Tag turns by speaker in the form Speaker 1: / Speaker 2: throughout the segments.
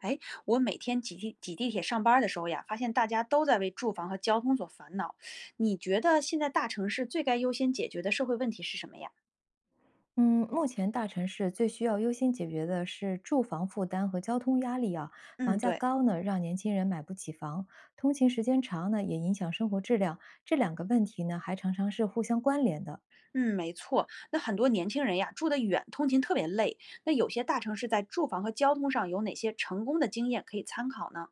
Speaker 1: 哎，我每天挤地铁上班儿的时候呀，发现大家都在为住房和交通所烦恼。你觉得现在大城市最该优先解决的社会问题是什么呀？
Speaker 2: 嗯，目前大城市最需要优先解决的是住房负担和交通压力啊。
Speaker 1: 嗯，
Speaker 2: 房价
Speaker 1: 对，
Speaker 2: 高呢，让年轻人买不起房；通勤时间长呢，也影响生活质量。这两个问题呢，还常常是互相关联的。
Speaker 1: 嗯，没错。那很多年轻人呀，住得远，通勤特别累。那有些大城市在住房和交通上有哪些成功的经验可以参考呢？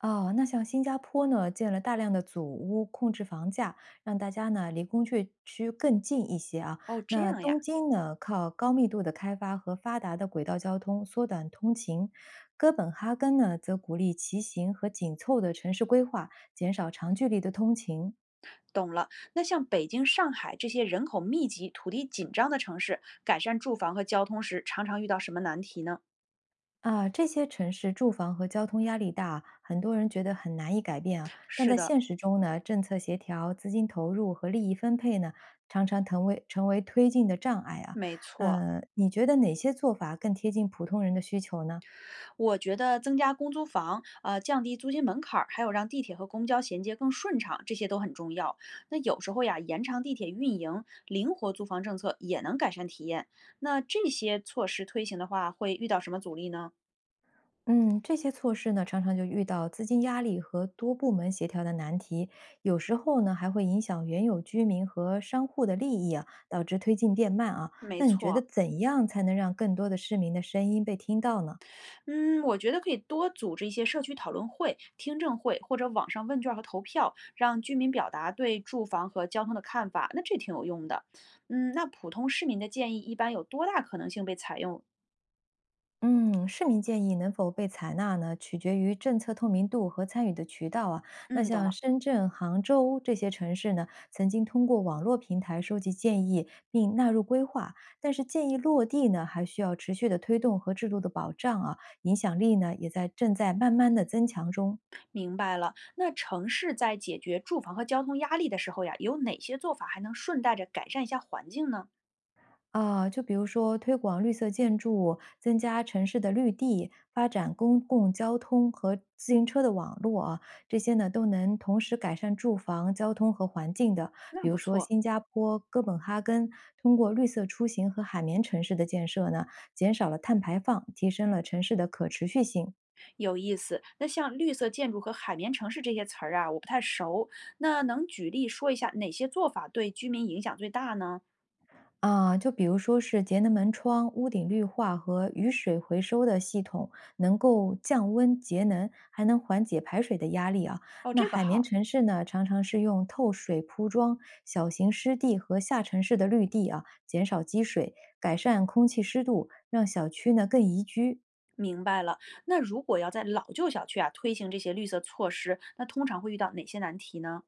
Speaker 2: 哦，那像新加坡呢，建了大量的祖屋控制房价，让大家呢离工业区更近一些啊。
Speaker 1: 哦，这
Speaker 2: 那
Speaker 1: 样呀。
Speaker 2: 东京呢，靠高密度的开发和发达的轨道交通缩短通勤；哥本哈根呢，则鼓励骑行和紧凑的城市规划，减少长距离的通勤。
Speaker 1: 懂了，那像北京、上海这些人口密集、土地紧张的城市，改善住房和交通时，常常遇到什么难题呢？
Speaker 2: 啊，这些城市住房和交通压力大，很多人觉得很难以改变啊。但
Speaker 1: 是
Speaker 2: 在
Speaker 1: 的，
Speaker 2: 现实中呢，政策协调、资金投入和利益分配呢，常常成为推进的障碍啊。
Speaker 1: 没错。
Speaker 2: 你觉得哪些做法更贴近普通人的需求呢？
Speaker 1: 我觉得增加公租房，降低租金门槛儿，还有让地铁和公交衔接更顺畅，这些都很重要。那有时候呀，延长地铁运营，灵活租房政策也能改善体验。那这些措施推行的话，会遇到什么阻力呢？
Speaker 2: 嗯，这些措施呢，常常就遇到资金压力和多部门协调的难题，有时候呢，还会影响原有居民和商户的利益啊，导致推进变慢啊。
Speaker 1: 没
Speaker 2: 那你觉得
Speaker 1: 错，
Speaker 2: 怎样才能让更多的市民的声音被听到呢？
Speaker 1: 嗯，我觉得可以多组织一些社区讨论会、听证会或者网上问卷和投票，让居民表达对住房和交通的看法，那这挺有用的。嗯，那普通市民的建议一般有多大可能性被采用？
Speaker 2: 嗯，市民建议能否被采纳呢，取决于政策透明度和参与的渠道啊。那
Speaker 1: 嗯，懂
Speaker 2: 像
Speaker 1: 了。
Speaker 2: 深圳、杭州这些城市呢，曾经通过网络平台收集建议并纳入规划，但是建议落地呢，还需要持续的推动和制度的保障啊，影响力呢也在正在慢慢的增强中。
Speaker 1: 明白了，那城市在解决住房和交通压力的时候呀，有哪些做法还能顺带着改善一下环境呢？
Speaker 2: 啊，就比如说推广绿色建筑，增加城市的绿地，发展公共交通和自行车的网络啊，这些呢都能同时改善住房、交通和环境的。
Speaker 1: 那
Speaker 2: 比如
Speaker 1: 不
Speaker 2: 说
Speaker 1: 错，
Speaker 2: 新加坡哥本哈根通过绿色出行和海绵城市的建设呢，减少了碳排放，提升了城市的可持续性。
Speaker 1: 有意思。那像绿色建筑和海绵城市这些词儿啊，我不太熟。那能举例说一下哪些做法对居民影响最大呢？
Speaker 2: 啊，就比如说是节能门窗、屋顶绿化和雨水回收的系统，能够降温节能，还能缓解排水的压力啊。
Speaker 1: 哦，
Speaker 2: 那
Speaker 1: 这个
Speaker 2: 海绵
Speaker 1: 好，
Speaker 2: 城市呢，常常是用透水铺装小型湿地和下沉式的绿地啊，减少积水，改善空气湿度，让小区呢更宜居。
Speaker 1: 明白了。那如果要在老旧小区啊推行这些绿色措施，那通常会遇到哪些难题呢？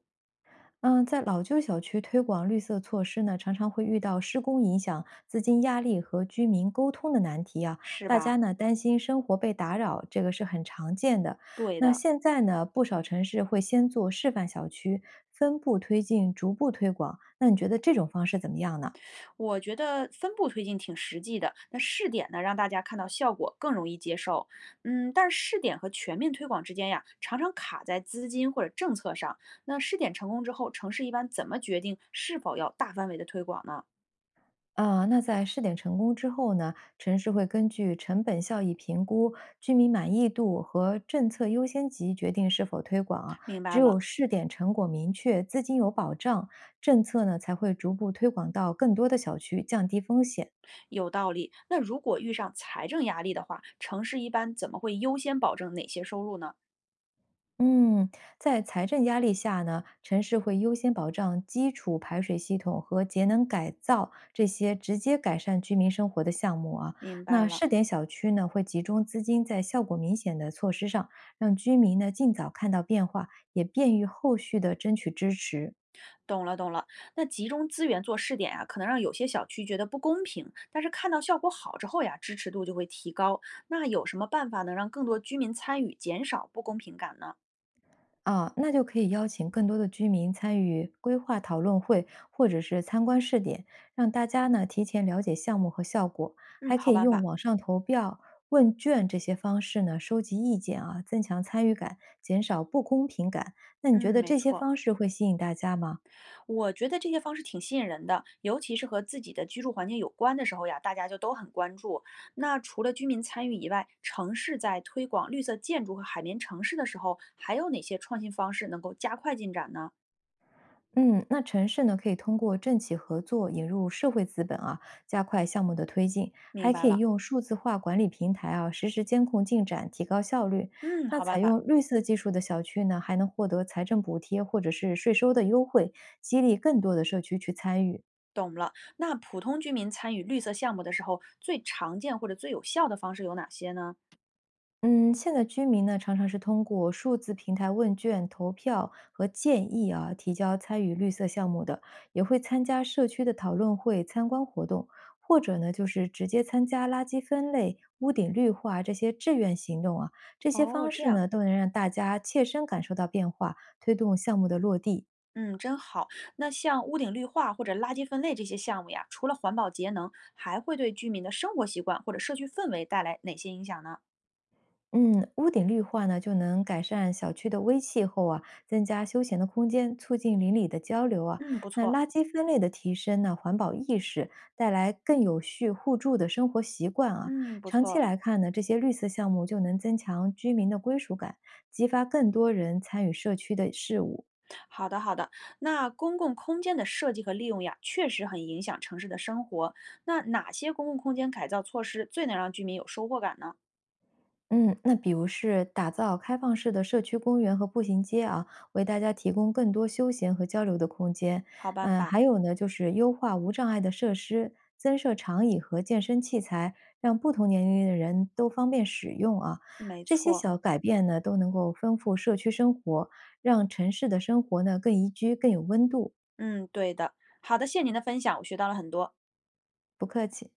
Speaker 2: 嗯，在老旧小区推广绿色措施呢，常常会遇到施工影响、资金压力和居民沟通的难题啊。
Speaker 1: 是
Speaker 2: 大家
Speaker 1: 吧？
Speaker 2: 呢担心生活被打扰，这个是很常见的。
Speaker 1: 对
Speaker 2: 那
Speaker 1: 的。
Speaker 2: 现在呢，不少城市会先做示范小区，分步推进，逐步推广。那你觉得这种方式怎么样呢？
Speaker 1: 我觉得分步推进挺实际的，那试点呢，让大家看到效果更容易接受。嗯，但是试点和全面推广之间呀，常常卡在资金或者政策上。那试点成功之后，城市一般怎么决定是否要大范围的推广呢？
Speaker 2: 啊，那在试点成功之后呢，城市会根据成本效益评估、居民满意度和政策优先级决定是否推广啊。
Speaker 1: 明白
Speaker 2: 只
Speaker 1: 了，
Speaker 2: 有试点成果明确、资金有保障，政策呢才会逐步推广到更多的小区，降低风险。
Speaker 1: 有道理。那如果遇上财政压力的话，城市一般怎么会优先保证哪些收入呢？
Speaker 2: 嗯，在财政压力下呢，城市会优先保障基础排水系统和节能改造这些直接改善居民生活的项目啊。
Speaker 1: 明白
Speaker 2: 那
Speaker 1: 了。
Speaker 2: 试点小区呢，会集中资金在效果明显的措施上，让居民呢尽早看到变化，也便于后续的争取支持。
Speaker 1: 懂了，懂了。那集中资源做试点呀，可能让有些小区觉得不公平，但是看到效果好之后呀，支持度就会提高。那有什么办法能让更多居民参与，减少不公平感呢？
Speaker 2: 啊，那就可以邀请更多的居民参与规划讨论会，或者是参观试点，让大家呢提前了解项目和效果，
Speaker 1: 嗯，
Speaker 2: 还
Speaker 1: 好
Speaker 2: 可以
Speaker 1: 办
Speaker 2: 用
Speaker 1: 法。
Speaker 2: 网上投票、问卷这些方式呢收集意见啊，增强参与感，减少不公平感。那你觉
Speaker 1: 嗯，
Speaker 2: 得
Speaker 1: 没
Speaker 2: 这些
Speaker 1: 错，
Speaker 2: 方式会吸引大家吗？
Speaker 1: 我觉得这些方式挺吸引人的，尤其是和自己的居住环境有关的时候呀，大家就都很关注。那除了居民参与以外，城市在推广绿色建筑和海绵城市的时候，还有哪些创新方式能够加快进展呢？
Speaker 2: 嗯，那城市呢，可以通过政企合作引入社会资本啊，加快项目的推进，
Speaker 1: 明
Speaker 2: 还
Speaker 1: 白
Speaker 2: 可以
Speaker 1: 了，
Speaker 2: 用数字化管理平台啊，实时监控进展，提高效率。
Speaker 1: 嗯，
Speaker 2: 那
Speaker 1: 好办
Speaker 2: 采
Speaker 1: 法。
Speaker 2: 用绿色技术的小区呢，还能获得财政补贴或者是税收的优惠，激励更多的社区去参与。
Speaker 1: 懂了。那普通居民参与绿色项目的时候，最常见或者最有效的方式有哪些呢？
Speaker 2: 嗯，现在居民呢，常常是通过数字平台问卷、投票和建议啊，提交参与绿色项目的，也会参加社区的讨论会、参观活动，或者呢，就是直接参加垃圾分类、屋顶绿化这些志愿行动啊。这些
Speaker 1: 哦，
Speaker 2: 方
Speaker 1: 这
Speaker 2: 式
Speaker 1: 样，
Speaker 2: 呢，都能让大家切身感受到变化，推动项目的落地。
Speaker 1: 嗯，真好。那像屋顶绿化或者垃圾分类这些项目呀，除了环保节能，还会对居民的生活习惯或者社区氛围带来哪些影响呢？
Speaker 2: 嗯，屋顶绿化呢，就能改善小区的微气候啊，增加休闲的空间，促进邻里的交流啊。
Speaker 1: 嗯，不
Speaker 2: 那
Speaker 1: 错。
Speaker 2: 垃圾分类的提升呢，环保意识带来更有序互助的生活习惯啊。
Speaker 1: 嗯，不
Speaker 2: 长期
Speaker 1: 错。
Speaker 2: 来看呢，这些绿色项目就能增强居民的归属感，激发更多人参与社区的事务。
Speaker 1: 好的，好的。那公共空间的设计和利用呀，确实很影响城市的生活。那哪些公共空间改造措施最能让居民有收获感呢？
Speaker 2: 嗯，那比如是打造开放式的社区公园和步行街啊，为大家提供更多休闲和交流的空间。
Speaker 1: 好办
Speaker 2: 嗯，
Speaker 1: 法，
Speaker 2: 还有呢，就是优化无障碍的设施，增设长椅和健身器材，让不同年龄的人都方便使用啊。
Speaker 1: 没
Speaker 2: 这些
Speaker 1: 错。
Speaker 2: 小改变呢，都能够丰富社区生活，让城市的生活呢更宜居、更有温度。
Speaker 1: 嗯，对的。好的，谢谢您的分享，我学到了很多。
Speaker 2: 不客气。